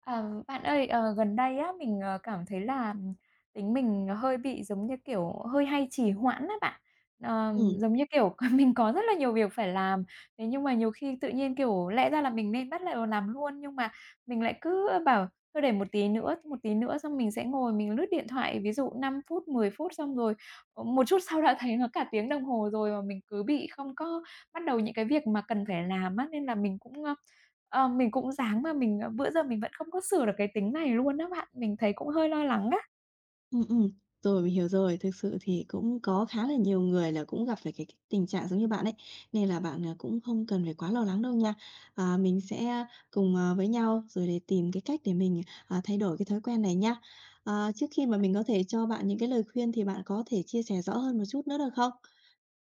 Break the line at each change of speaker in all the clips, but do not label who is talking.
À, bạn ơi, gần đây á, mình, cảm thấy là tính mình hơi bị, giống như kiểu, hơi hay trì hoãn á bạn.
Ừm,
Giống như kiểu, mình có rất là nhiều việc phải làm, thế nhưng mà nhiều khi tự nhiên, kiểu, lẽ ra là mình nên bắt lại vào làm luôn, nhưng mà mình lại cứ bảo thôi để một tí nữa xong mình sẽ ngồi mình lướt điện thoại, ví dụ 5 phút, 10 phút xong rồi, một chút sau đã thấy nó cả tiếng đồng hồ rồi mà mình cứ bị không có bắt đầu những cái việc mà cần phải làm á, nên là mình cũng ráng mà mình, bữa giờ mình vẫn không có sửa được cái tính này luôn á bạn, mình thấy cũng hơi lo lắng á.
ừm, ừm. Rồi, mình hiểu rồi. Thực sự thì cũng có khá là nhiều người là cũng gặp phải cái tình trạng giống như bạn ấy, nên là bạn, cũng không cần phải quá lo lắng đâu nha. À, mình sẽ cùng, với nhau rồi để tìm cái cách để mình, thay đổi cái thói quen này nha. Trước khi mà mình có thể cho bạn những cái lời khuyên thì bạn có thể chia sẻ rõ hơn một chút nữa được không?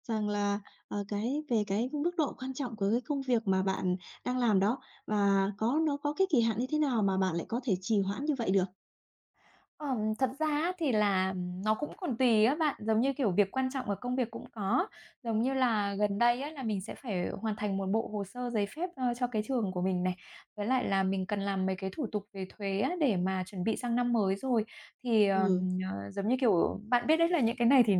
Rằng là, về cái mức độ quan trọng của cái công việc mà bạn đang làm đó và nó có cái kỳ hạn như thế nào mà bạn lại có thể trì hoãn như vậy được?
Thật ra á thì là nó cũng còn tùy á bạn, giống như, kiểu, việc quan trọng ở công việc cũng có. Giống như là gần đây á là mình sẽ phải hoàn thành một bộ hồ sơ giấy phép, cho cái trường của mình này, với lại là mình cần làm mấy cái thủ tục về thuế á để mà chuẩn bị sang năm mới rồi. Thì,
Ừ,
giống như, kiểu, bạn biết đấy là những cái này thì,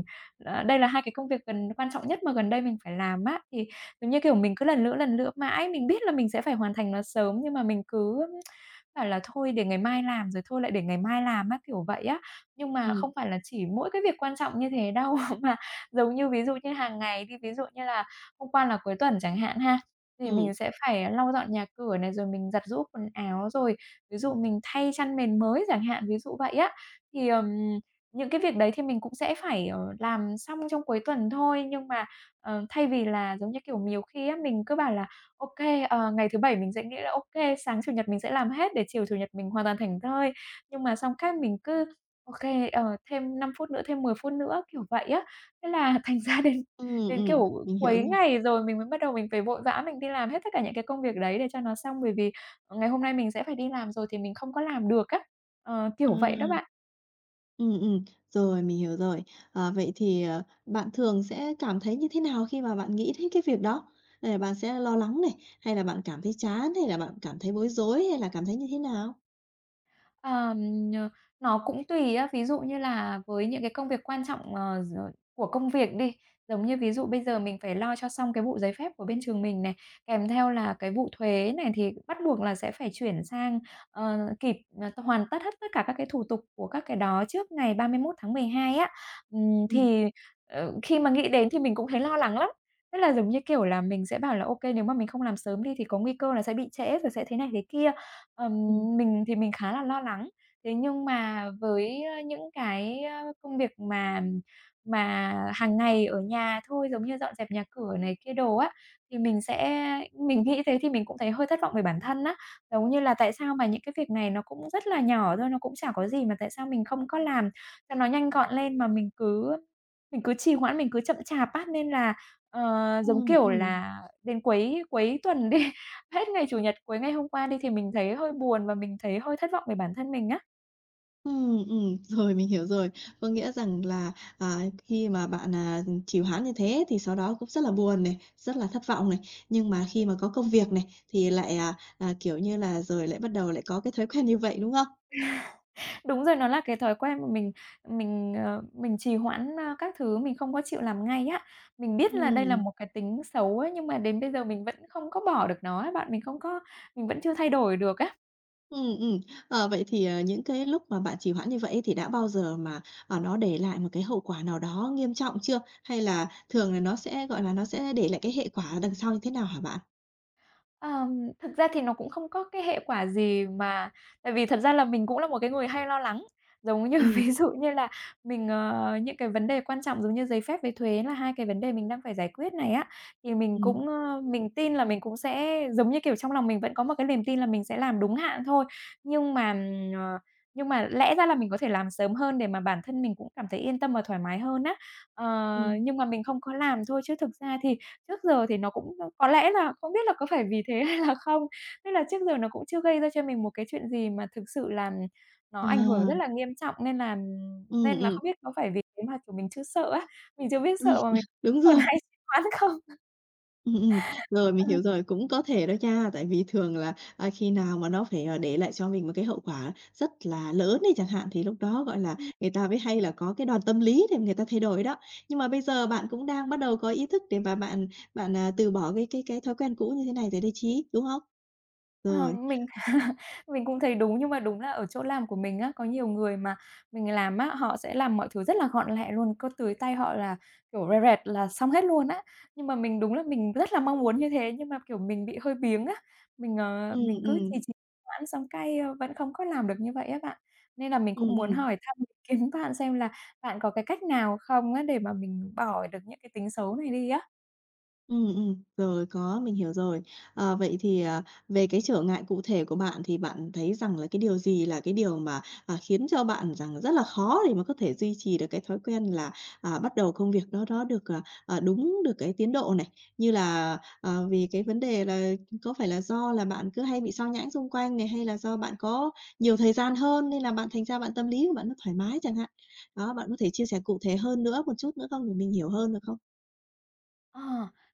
đây là 2 cái công việc gần quan trọng nhất mà gần đây mình phải làm á. Thì, giống như, kiểu, mình cứ lần lữa mãi, mình biết là mình sẽ phải hoàn thành nó sớm nhưng mà mình cứ bảo là "Thôi để ngày mai làm, rồi thôi lại để ngày mai làm" á, kiểu vậy á. Nhưng mà
ừm,
không phải là chỉ mỗi cái việc quan trọng như thế đâu, mà giống như ví dụ như hàng ngày đi, ví dụ như là hôm qua là cuối tuần chẳng hạn ha, thì
ừm.
mình sẽ phải lau dọn nhà cửa này, rồi mình giặt giũ quần áo, rồi ví dụ mình thay chăn mền mới chẳng hạn, ví dụ vậy á. Thì, những cái việc đấy thì mình cũng sẽ phải, làm xong trong cuối tuần thôi, nhưng mà, thay vì là, giống như kiểu, nhiều khi á, mình cứ bảo là OK, ngày thứ Bảy mình sẽ nghĩ là OK, sáng Chủ nhật mình sẽ làm hết để chiều Chủ nhật mình hoàn toàn thảnh thơi. Nhưng mà xong cái mình cứ OK, thêm 5 phút nữa, thêm 10 phút nữa, kiểu vậy á. Thế là thành ra đến đến, kiểu,
Mình hiểu
cuối
rồi.
ngày rồi mình mới bắt đầu mình phải vội vã mình đi làm hết tất cả những cái công việc đấy để cho nó xong, bởi vì ngày hôm nay mình sẽ phải đi làm rồi thì mình không có làm được á. Kiểu vậy đó
À,
bạn.
ừm, ừm, rồi, mình hiểu rồi. À, vậy thì, bạn thường sẽ cảm thấy như thế nào khi mà bạn nghĩ đến cái việc đó? Bạn sẽ lo lắng này, hay là bạn cảm thấy chán, hay là bạn cảm thấy bối rối, hay là cảm thấy như thế nào?
Ờm, ờ, nó cũng tùy á, ví dụ như là với những cái công việc quan trọng, ờ, d của công việc đi, giống như ví dụ bây giờ mình phải lo cho xong cái vụ giấy phép của bên trường mình này, kèm theo là cái vụ thuế này thì bắt buộc là sẽ phải chuyển sang, kịp, hoàn tất hết tất cả các cái thủ tục của các cái đó trước ngày 31 tháng 12 á.
Ừm,
Thì, khi mà nghĩ đến thì mình cũng thấy lo lắng lắm, tức là, giống như kiểu là, mình sẽ bảo là ok nếu mà mình không làm sớm đi thì có nguy cơ là sẽ bị trễ rồi sẽ thế này thế kia." Ừm,
ừm.
mình thì mình khá là lo lắng. Thế nhưng mà với, những cái, công việc mà hàng ngày ở nhà thôi, giống như dọn dẹp nhà cửa này kia đồ á, thì mình nghĩ thế thì mình cũng thấy hơi thất vọng về bản thân á. Giống như là tại sao mà những cái việc này nó cũng rất là nhỏ thôi, nó cũng chả có gì mà tại sao mình không có làm cho nó nhanh gọn lên mà mình cứ trì hoãn, mình cứ chậm chạp á, nên là, giống
Ừm,
kiểu
ừm.
là, đến cuối cuối tuần đi. Hết ngày Chủ nhật cuối ngày hôm qua đi thì mình thấy hơi buồn và mình thấy hơi thất vọng về bản thân mình á.
Rồi, mình hiểu rồi. Có nghĩa rằng là, khi mà bạn, trì hoãn như thế thì sau đó cũng rất là buồn này, rất là thất vọng này, nhưng mà khi mà có công việc này thì lại, kiểu như là, rồi lại bắt đầu lại có cái thói quen như vậy, đúng không?
Đúng rồi, nó là cái thói quen mà mình trì hoãn, các thứ, mình không có chịu làm ngay á. Mình biết là đây là
Ừm,
một cái tính xấu ấy, nhưng mà đến bây giờ mình vẫn không có bỏ được nó á bạn, mình không có mình vẫn chưa thay đổi được á.
ừm, ừm. Vậy thì, những cái lúc mà bạn trì hoãn như vậy ấy thì đã bao giờ mà, nó để lại một cái hậu quả nào đó nghiêm trọng chưa? Hay là thường là nó sẽ, gọi là, nó sẽ để lại cái hệ quả đằng sau như thế nào hả bạn?
Ờm, Thực ra thì nó cũng không có cái hệ quả gì mà tại vì thật ra là mình cũng là một cái người hay lo lắng. Giống như
Ừ,
ví dụ như là mình, những cái vấn đề quan trọng giống như giấy phép với thuế là hai cái vấn đề mình đang phải giải quyết này á, thì mình
ừ,
cũng, ơ, mình tin là mình cũng sẽ giống như, kiểu, trong lòng mình vẫn có một cái niềm tin là mình sẽ làm đúng hạn thôi. Nhưng mà, ừm, ờ, nhưng mà lẽ ra là mình có thể làm sớm hơn để mà bản thân mình cũng cảm thấy yên tâm và thoải mái hơn á. Ờ,
ừ.
nhưng mà mình không có làm thôi chứ thực ra thì trước giờ thì nó cũng có lẽ là không biết là có phải vì thế hay là không, nên là trước giờ nó cũng chưa gây ra cho mình một cái chuyện gì mà thực sự là nó ảnh hưởng
À,
rất là nghiêm trọng, nên là
ừm,
nên là
ừm,
không biết có phải vì thế mà, kiểu, mình chưa sợ á, mình chưa biết
ừm.
sợ mà mình
Đúng
vẫn còn
rồi.
hay trì hoãn không?
Ừm, ừm, rồi, mình
Ờ.
hiểu rồi, cũng có thể đó nha, tại vì thường là, khi nào mà nó phải, để lại cho mình một cái hậu quả rất là lớn đi chẳng hạn, thì lúc đó, gọi là, người ta mới hay là có cái đòn tâm lý để người ta thay đổi đó. Nhưng mà bây giờ bạn cũng đang bắt đầu có ý thức để mà bạn bạn, từ bỏ cái thói quen cũ như thế này rồi đấy chí đúng không?
Ờ,
Rồi,
mình cũng thấy đúng, nhưng mà đúng là ở chỗ làm của mình á, có nhiều người mà mình làm á, họ sẽ làm mọi thứ rất là gọn lẹ luôn, cứ tưới tay họ là, kiểu, rẹt rẹt là xong hết luôn á. Nhưng mà mình đúng là mình rất là mong muốn như thế, nhưng mà, kiểu, mình bị hơi biếng á, mình,
ừ,
ờ, mình
ừ,
cứ trì trì hoãn xong cái, vẫn không có làm được như vậy á bạn. Nên là mình
ừ,
cũng
ừ.
muốn hỏi thăm ý kiến bạn xem là bạn có cái cách nào không á, để mà mình bỏ được những cái tính xấu này đi á?
Ừ, rồi, có, mình hiểu rồi. Vậy thì, về cái trở ngại cụ thể của bạn thì bạn thấy rằng là cái điều gì là cái điều mà, khiến cho bạn rằng rất là khó để mà có thể duy trì được cái thói quen là, bắt đầu công việc đó đó được, đúng được cái tiến độ này? Như là, vì cái vấn đề là có phải là do là bạn cứ hay bị xao nhãng xung quanh này, hay là do bạn có nhiều thời gian hơn nên là thành ra bạn tâm lý của bạn nó thoải mái chẳng hạn? Đó, bạn có thể chia sẻ cụ thể hơn nữa một chút nữa không để mình hiểu hơn được không?
Ờ,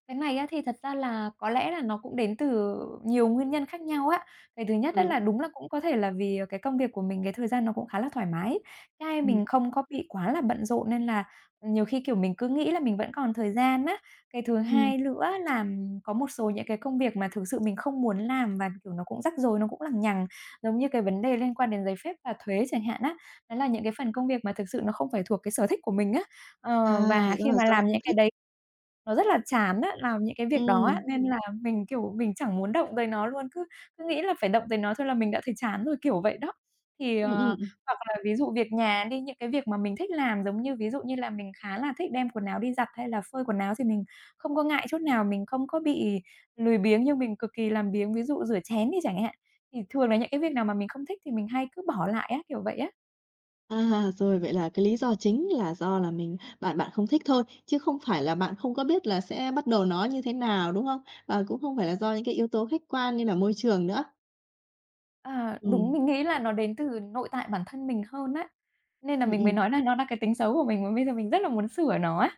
cái này á thì thật ra là có lẽ là nó cũng đến từ nhiều nguyên nhân khác nhau á. Cái thứ nhất á
Ừ.
là đúng là cũng có thể là vì, cái công việc của mình, cái thời gian nó cũng khá là thoải mái. Cái
Ừ,
mình không có bị quá là bận rộn nên là nhiều khi, kiểu, mình cứ nghĩ là mình vẫn còn thời gian á. Cái thứ
ừm.
hai nữa là có một số những cái công việc mà thực sự mình không muốn làm và, kiểu, nó cũng rắc rối, nó cũng lằng nhằng, giống như cái vấn đề liên quan đến giấy phép và thuế chẳng hạn á. Đó là những cái phần công việc mà thực sự nó không phải thuộc cái sở thích của mình á.
À,
Và
đó
khi
là
mà
do
làm
không
những cái
thích.
đấy nó rất là chán á, làm những cái việc đó á,
Ừm,
nên là mình, kiểu, mình chẳng muốn động tới nó luôn, cứ cứ nghĩ là phải động tới nó thôi là mình đã thấy chán rồi, kiểu vậy đó. Thì,
ừm, ừm.
hoặc là ví dụ việc nhà đi, những cái việc mà mình thích làm, giống như ví dụ như là mình khá là thích đem quần áo đi giặt hay là phơi quần áo thì mình không có ngại chút nào, mình không có bị lười biếng nhưng mình cực kỳ làm biếng, ví dụ rửa chén đi chẳng hạn. Thì thường là những cái việc nào mà mình không thích thì mình hay cứ bỏ lại á, kiểu vậy á.
À, rồi vậy là cái lý do chính là do là mình bạn bạn không thích thôi, chứ không phải là bạn không có biết là sẽ bắt đầu nó như thế nào, đúng không? Và cũng không phải là do những cái yếu tố khách quan như là môi trường nữa.
À, đúng,
Ừm,
mình nghĩ là nó đến từ nội tại bản thân mình hơn á, nên là
ừm,
mình mới
ừm.
nói là nó là cái tính xấu của mình mà bây giờ mình rất là muốn sửa nó á.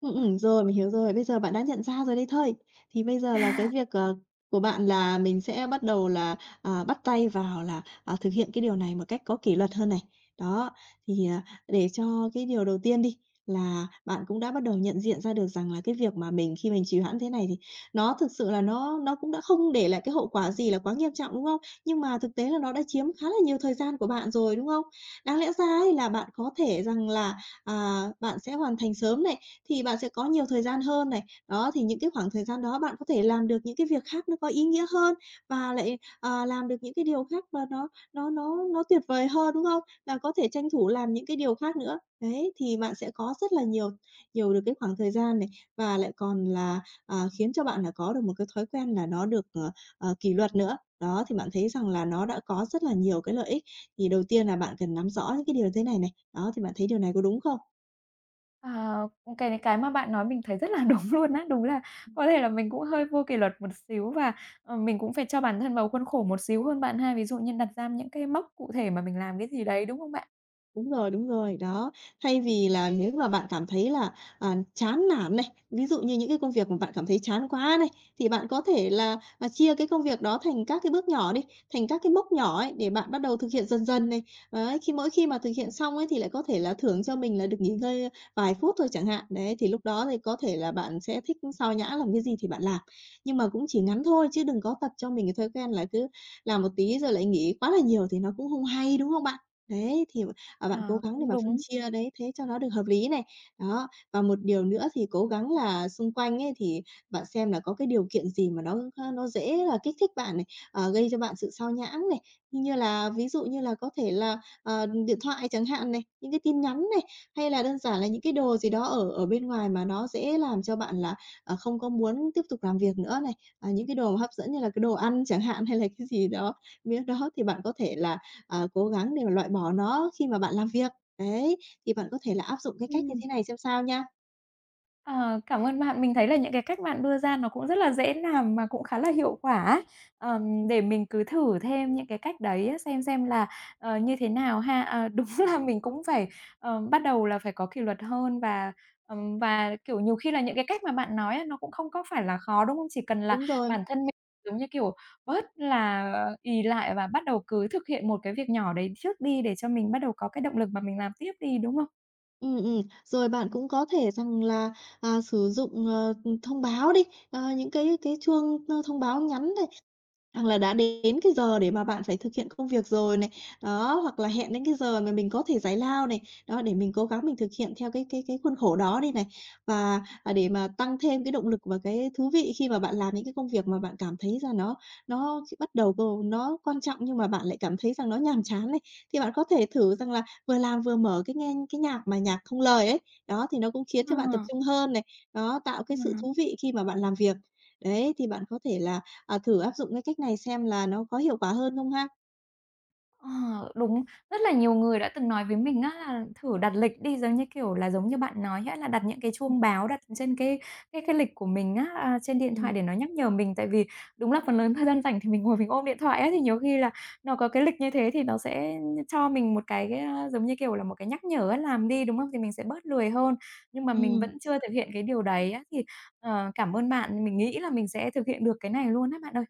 Rồi, mình hiểu rồi. Bây giờ bạn đã nhận ra rồi đấy thôi. Thì bây giờ là cái việc, của bạn là mình sẽ bắt đầu là, bắt tay vào là, thực hiện cái điều này một cách có kỷ luật hơn này. Đó, thì, để cho cái điều đầu tiên đi, là bạn cũng đã bắt đầu nhận diện ra được rằng là cái việc mà khi mình trì hoãn thế này thì nó thực sự là nó cũng đã không để lại cái hậu quả gì là quá nghiêm trọng, đúng không? Nhưng mà thực tế là nó đã chiếm khá là nhiều thời gian của bạn rồi, đúng không? Đáng lẽ ra ấy là bạn có thể rằng là bạn sẽ hoàn thành sớm này, thì bạn sẽ có nhiều thời gian hơn này. Đó, thì những cái khoảng thời gian đó bạn có thể làm được những cái việc khác nó có ý nghĩa hơn và lại, làm được những cái điều khác mà nó tuyệt vời hơn, đúng không? Là có thể tranh thủ làm những cái điều khác nữa. Đấy, thì bạn sẽ có rất là nhiều nhiều được cái khoảng thời gian này và lại còn là, khiến cho bạn là có được một cái thói quen là nó được, kỷ luật nữa. Đó, thì bạn thấy rằng là nó đã có rất là nhiều cái lợi ích thì đầu tiên là bạn cần nắm rõ những cái điều thế này này, đó, thì bạn thấy điều này có đúng không?
Ờ, cái mà bạn nói mình thấy rất là đúng luôn á, đúng là có thể là mình cũng hơi vô kỷ luật một xíu và, mình cũng phải cho bản thân vào khuôn khổ một xíu hơn bạn ha, ví dụ như đặt ra những cái mốc cụ thể mà mình làm cái gì đấy, đúng không bạn?
Đúng rồi, đó. Thay vì là nếu mà bạn cảm thấy là, chán nản này, ví dụ như những cái công việc mà bạn cảm thấy chán quá này, thì bạn có thể là, chia cái công việc đó thành các cái bước nhỏ đi, thành các cái mốc nhỏ ấy, để bạn bắt đầu thực hiện dần dần này. Đấy, mỗi khi mà thực hiện xong ấy, thì lại có thể là thưởng cho mình là được nghỉ ngơi vài phút thôi chẳng hạn. Đấy, thì lúc đó thì có thể là bạn sẽ thích xao nhãng làm cái gì thì bạn làm. Nhưng mà cũng chỉ ngắn thôi, chứ đừng có tập cho mình cái thói quen là cứ làm một tí rồi lại nghỉ quá là nhiều thì nó cũng không hay, đúng không bạn? Đấy, thì bạn cố
Ờ,
gắng để
Cũng
mà phân
đúng.
chia đấy thế cho nó được hợp lý này. Đó, và một điều nữa thì cố gắng là xung quanh ấy thì bạn xem là có cái điều kiện gì mà nó dễ là kích thích bạn này, gây cho bạn sự sao nhãng này, như là ví dụ như là có thể là, điện thoại chẳng hạn này, những cái tin nhắn này, hay là đơn giản là những cái đồ gì đó ở ở bên ngoài mà nó dễ làm cho bạn là, không có muốn tiếp tục làm việc nữa này. À, những cái đồ mà hấp dẫn như là cái đồ ăn chẳng hạn hay là cái gì đó, miếng đó thì bạn có thể là cố gắng để mà loại bỏ nó khi mà bạn làm việc. Đấy, thì bạn có thể là áp dụng cái cách như
Ừm.
thế này xem sao nha.
Ờ, Cảm ơn bạn. Mình thấy là những cái cách bạn đưa ra nó cũng rất là dễ làm mà cũng khá là hiệu quả á. Để mình cứ thử thêm những cái cách đấy á, xem là, như thế nào ha. Ờ, Đúng là mình cũng phải, bắt đầu là phải có kỷ luật hơn và, kiểu, nhiều khi là những cái cách mà bạn nói á, nó cũng không có phải là khó, đúng không? Chỉ cần là
Đúng rồi.
bản thân mình, giống như kiểu, bớt là ì lại và bắt đầu cứ thực hiện một cái việc nhỏ đấy trước đi để cho mình bắt đầu có cái động lực mà mình làm tiếp đi, đúng không?
Rồi bạn cũng có thể rằng là, sử dụng, thông báo đi, những cái chuông, thông báo nhắn này, hoặc là đã đến cái giờ để mà bạn phải thực hiện công việc rồi này, đó, hoặc là hẹn đến cái giờ mà mình có thể giải lao này, đó, để mình cố gắng thực hiện theo cái khuôn khổ đó đi này. Và, để mà tăng thêm cái động lực và cái thú vị khi mà bạn làm những cái công việc mà bạn cảm thấy rằng nó bắt đầu c nó quan trọng nhưng mà bạn lại cảm thấy rằng nó nhàm chán này, thì bạn có thể thử rằng là vừa làm vừa mở cái nghe cái nhạc mà nhạc không lời ấy, đó, thì nó cũng khiến
Ờ.
cho bạn tập trung hơn này, đó, tạo cái sự
Ừm.
thú vị khi mà bạn làm việc. Đấy, thì bạn có thể là, thử áp dụng cái cách này xem là nó có hiệu quả hơn không ha?
Ờ, Đúng. Rất là nhiều người đã từng nói với mình á là thử đặt lịch đi, giống như, kiểu là, giống như bạn nói á, là đặt những cái chuông báo đặt trên cái lịch của mình á, à, trên điện thoại
Ừm.
để nó nhắc nhở mình. Tại vì đúng là phần lớn thời gian rảnh thì mình ngồi mình ôm điện thoại á, thì nhiều khi là nó có cái lịch như thế thì nó sẽ cho mình một cái, giống như, kiểu là, một cái nhắc nhở á, làm đi, đúng không? Thì mình sẽ bớt lười hơn. Nhưng mà mình vẫn chưa thực hiện cái điều đấy á, cảm ơn bạn, mình nghĩ là mình sẽ thực hiện được cái này luôn á bạn ơi.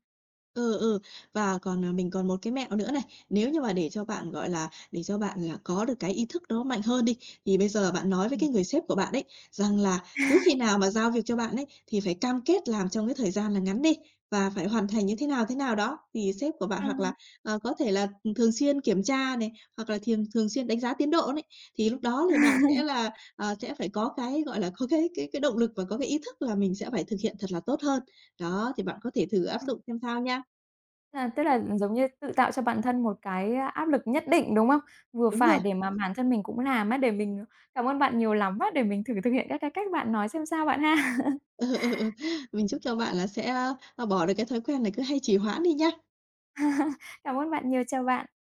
Ừ, ừ. Và còn, mình còn một cái mẹo nữa này, nếu như mà để cho bạn, gọi là, để cho bạn là có được cái ý thức đó mạnh hơn đi, thì bây giờ bạn nói với cái người sếp của bạn ấy, rằng là cứ khi nào mà giao việc cho bạn ấy, thì phải cam kết làm trong cái thời gian là ngắn đi, và phải hoàn thành như thế nào đó. Thì sếp của bạn
À.
hoặc là, có thể là, thường xuyên kiểm tra này, hoặc là thiềng thường xuyên đánh giá tiến độ này, thì lúc đó thì bạn sẽ là, sẽ phải có cái, gọi là, có cái động lực và có cái ý thức là mình sẽ phải thực hiện thật là tốt hơn. Đó, thì bạn có thể thử áp dụng xem sao nha.
À, tức là giống như tự tạo cho bản thân một cái áp lực nhất định, đúng không? Vừa
Đúng
phải
rồi.
để mà bản thân mình cũng làm á, để cảm ơn bạn nhiều lắm á, để mình thử thực hiện các cái cách bạn nói xem sao bạn ha.
Ừ, ừ, ừ. Mình chúc cho bạn là sẽ, bỏ được cái thói quen này cứ hay trì hoãn đi nhá.
Cảm ơn bạn nhiều, chào bạn.